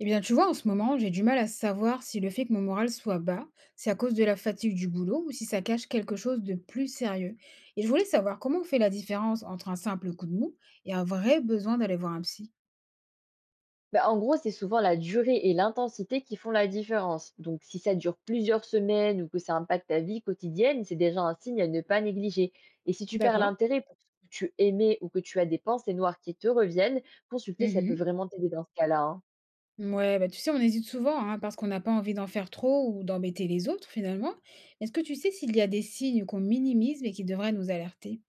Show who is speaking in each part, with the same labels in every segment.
Speaker 1: Eh bien, tu vois, en ce moment, j'ai du mal à savoir si le fait que mon moral soit bas, c'est à cause de la fatigue du boulot ou si ça cache quelque chose de plus sérieux. Et je voulais savoir comment on fait la différence entre un simple coup de mou et un vrai besoin d'aller voir un psy.
Speaker 2: Bah, en gros, c'est souvent la durée et l'intensité qui font la différence. Donc, si ça dure plusieurs semaines ou que ça impacte ta vie quotidienne, c'est déjà un signe à ne pas négliger. Et si tu perds
Speaker 1: D'accord.
Speaker 2: l'intérêt pour ce que tu aimais ou que tu as des pensées noires qui te reviennent, consulter, ça peut
Speaker 1: Mhm.
Speaker 2: vraiment t'aider dans ce cas-là, hein.
Speaker 1: Ouais, bah tu sais, on hésite souvent hein, parce qu'on n'a pas envie d'en faire trop ou d'embêter les autres finalement. Est-ce que tu sais s'il y a des signes qu'on minimise mais qui devraient nous alerter?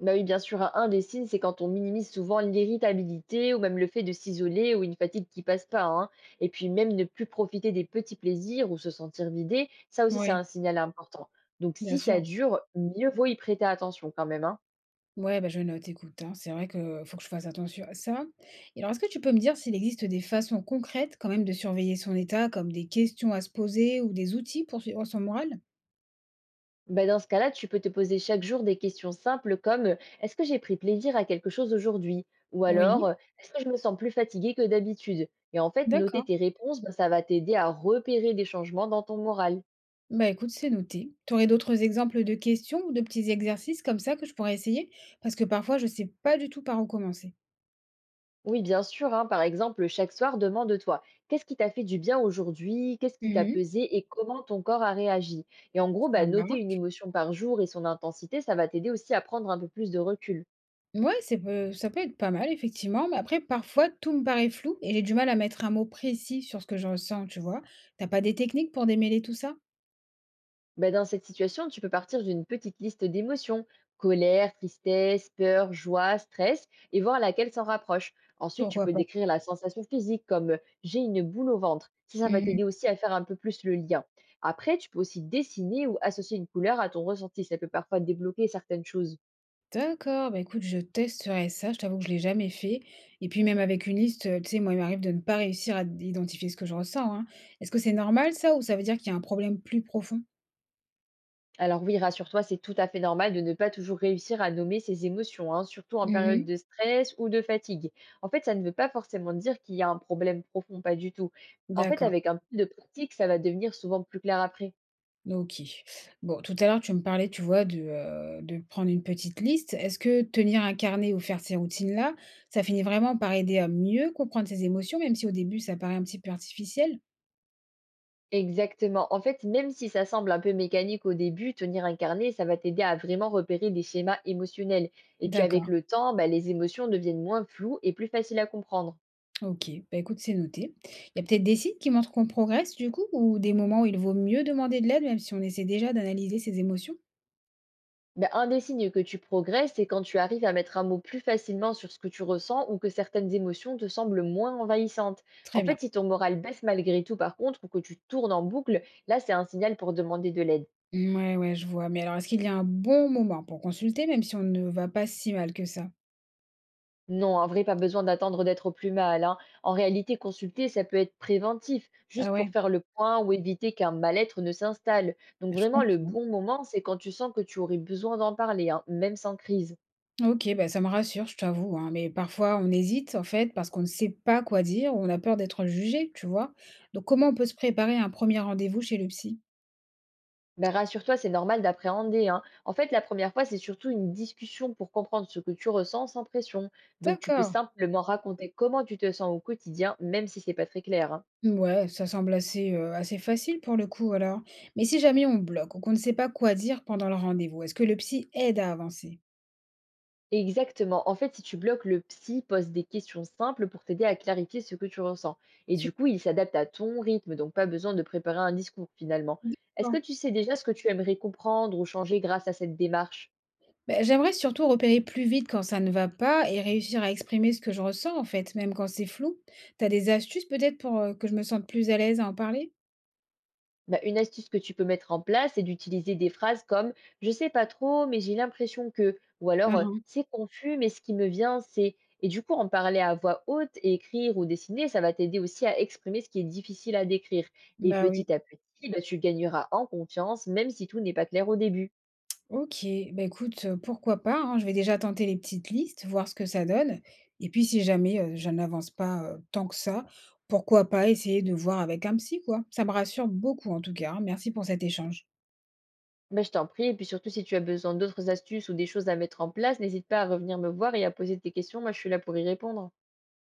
Speaker 2: Bah oui, bien sûr, un des signes, c'est quand on minimise souvent l'irritabilité ou même le fait de s'isoler ou une fatigue qui passe pas, hein. Et puis même ne plus profiter des petits plaisirs ou se sentir vidé, ça aussi c'est un
Speaker 1: Ouais,
Speaker 2: signal important. Donc
Speaker 1: bien
Speaker 2: si ça
Speaker 1: sûr.
Speaker 2: dure, mieux vaut y prêter attention quand même, hein.
Speaker 1: Ouais, bah, je note, écoute, hein. C'est vrai que faut que je fasse attention à ça. Et alors, est-ce que tu peux me dire s'il existe des façons concrètes quand même de surveiller son état, comme des questions à se poser ou des outils pour suivre son moral?
Speaker 2: Bah, dans ce cas-là, tu peux te poser chaque jour des questions simples comme est-ce que j'ai pris plaisir à quelque chose aujourd'hui? Ou alors
Speaker 1: Oui,
Speaker 2: est-ce que je me sens plus fatigué que d'habitude? Et en fait, noter
Speaker 1: d'accord.
Speaker 2: tes réponses, bah, ça va t'aider à repérer des changements dans ton moral.
Speaker 1: Bah écoute, c'est noté. Tu aurais d'autres exemples de questions ou de petits exercices comme ça que je pourrais essayer? Parce que parfois, je sais pas du tout par où commencer.
Speaker 2: Oui, bien sûr, hein, par exemple, chaque soir, demande-toi, qu'est-ce qui t'a fait du bien aujourd'hui? Qu'est-ce qui t'a
Speaker 1: Mhm,
Speaker 2: pesé et comment ton corps a réagi? Et en gros, bah,
Speaker 1: ça
Speaker 2: noter une
Speaker 1: marche.
Speaker 2: émotion par jour et son intensité, ça va t'aider aussi à prendre un peu plus de recul.
Speaker 1: Ouais, ça peut être pas mal, effectivement. Mais après, parfois, tout me paraît flou et j'ai du mal à mettre un mot précis sur ce que je ressens, tu vois. T'as pas des techniques pour démêler tout ça?
Speaker 2: Bah, dans cette situation, tu peux partir d'une petite liste d'émotions, colère, tristesse, peur, joie, stress, et voir laquelle s'en rapproche. Ensuite, tu
Speaker 1: Pourquoi
Speaker 2: peux
Speaker 1: pas?
Speaker 2: décrire la sensation physique comme j'ai une boule au ventre. Ça va
Speaker 1: Mmh.
Speaker 2: t'aider aussi à faire un peu plus le lien. Après, tu peux aussi dessiner ou associer une couleur à ton ressenti. Ça peut parfois débloquer certaines choses.
Speaker 1: D'accord, bah, écoute, je testerai ça. Je t'avoue que je l'ai jamais fait et puis même avec une liste, tu sais, moi, il m'arrive de ne pas réussir à identifier ce que je ressens, hein. Est-ce que c'est normal ça ou ça veut dire qu'il y a un problème plus profond?
Speaker 2: Alors oui, rassure-toi, c'est tout à fait normal de ne pas toujours réussir à nommer ses émotions, hein, surtout en période
Speaker 1: Mmh.
Speaker 2: de stress ou de fatigue. En fait, ça ne veut pas forcément dire qu'il y a un problème profond, pas du tout. En fait,
Speaker 1: D'accord,
Speaker 2: avec un peu de pratique, ça va devenir souvent plus clair après.
Speaker 1: OK. Bon, tout à l'heure, tu me parlais, tu vois, de prendre une petite liste. Est-ce que tenir un carnet ou faire ces routines-là, ça finit vraiment par aider à mieux comprendre ses émotions, même si au début ça paraît un petit peu artificiel?
Speaker 2: Exactement. En fait, même si ça semble un peu mécanique au début, tenir un carnet, ça va t'aider à vraiment repérer des schémas émotionnels. Et puis avec
Speaker 1: D'accord.
Speaker 2: le temps, bah, les émotions deviennent moins floues et plus faciles à comprendre.
Speaker 1: OK, bah, écoute, c'est noté. Il y a peut-être des signes qui montrent qu'on progresse du coup ou des moments où il vaut mieux demander de l'aide même si on essaie déjà d'analyser ses émotions?
Speaker 2: Mais un des signes que tu progresses, c'est quand tu arrives à mettre un mot plus facilement sur ce que tu ressens ou que certaines émotions te semblent moins envahissantes. En
Speaker 1: Très bien.
Speaker 2: fait, si ton moral baisse malgré tout, par contre, ou que tu tournes en boucle, là, c'est un signal pour demander de l'aide.
Speaker 1: Ouais, ouais, je vois. Mais alors, est-ce qu'il y a un bon moment pour consulter même si on ne va pas si mal que ça?
Speaker 2: Non, en vrai, pas besoin d'attendre d'être au plus mal, hein. En réalité, consulter, ça peut être préventif,
Speaker 1: Ah
Speaker 2: juste pour
Speaker 1: ouais,
Speaker 2: faire le point ou éviter qu'un mal-être ne s'installe. Donc
Speaker 1: je
Speaker 2: vraiment, le
Speaker 1: comprends.
Speaker 2: bon moment, c'est quand tu sens que tu aurais besoin d'en parler, hein, même sans crise.
Speaker 1: Ok, bah ça me rassure, je t'avoue, hein, mais parfois on hésite en fait parce qu'on ne sait pas quoi dire ou on a peur d'être jugé, tu vois. Donc comment on peut se préparer à un premier rendez-vous chez le psy?
Speaker 2: Bah, rassure-toi, c'est normal d'appréhender, hein. En fait, la première fois, c'est surtout une discussion pour comprendre ce que tu ressens sans pression. Donc, tu peux
Speaker 1: D'accord.
Speaker 2: simplement raconter comment tu te sens au quotidien, même si c'est pas très clair, hein.
Speaker 1: Ouais, ça semble assez, assez facile pour le coup alors. Mais si jamais on bloque ou qu'on ne sait pas quoi dire pendant le rendez-vous, est-ce que le psy aide à avancer?
Speaker 2: Exactement. En fait, si tu bloques, le psy pose des questions simples pour t'aider à clarifier ce que tu ressens. Et du coup, il s'adapte à ton rythme, donc pas besoin de préparer un discours finalement. Est-ce que
Speaker 1: D'accord.
Speaker 2: tu sais déjà ce que tu aimerais comprendre ou changer grâce à cette démarche?
Speaker 1: Bah, j'aimerais surtout repérer plus vite quand ça ne va pas et réussir à exprimer ce que je ressens en fait, même quand c'est flou. T'as des astuces peut-être pour, que je me sente plus à l'aise à en parler?
Speaker 2: Bah, une astuce que tu peux mettre en place, c'est d'utiliser des phrases comme «Je sais pas trop, mais j'ai l'impression que» ou alors
Speaker 1: Mmh mh.
Speaker 2: «C'est confus, mais ce qui me vient, c'est...» Et du coup, en parler à voix haute, et écrire ou dessiner, ça va t'aider aussi à exprimer ce qui est difficile à décrire. Et
Speaker 1: Bah oui.
Speaker 2: petit à petit, bah, tu gagneras en confiance, même si tout n'est pas clair au début.
Speaker 1: OK, bah, écoute, pourquoi pas, hein? Je vais déjà tenter les petites listes, voir ce que ça donne et puis si jamais, je n'avance pas, tant que ça, pourquoi pas essayer de voir avec un psy, quoi? Ça me rassure beaucoup en tout cas, hein. Merci pour cet échange.
Speaker 2: Bah, je t'en prie, et puis surtout si tu as besoin d'autres astuces ou des choses à mettre en place, n'hésite pas à revenir me voir et à poser tes questions, moi je suis là pour y répondre.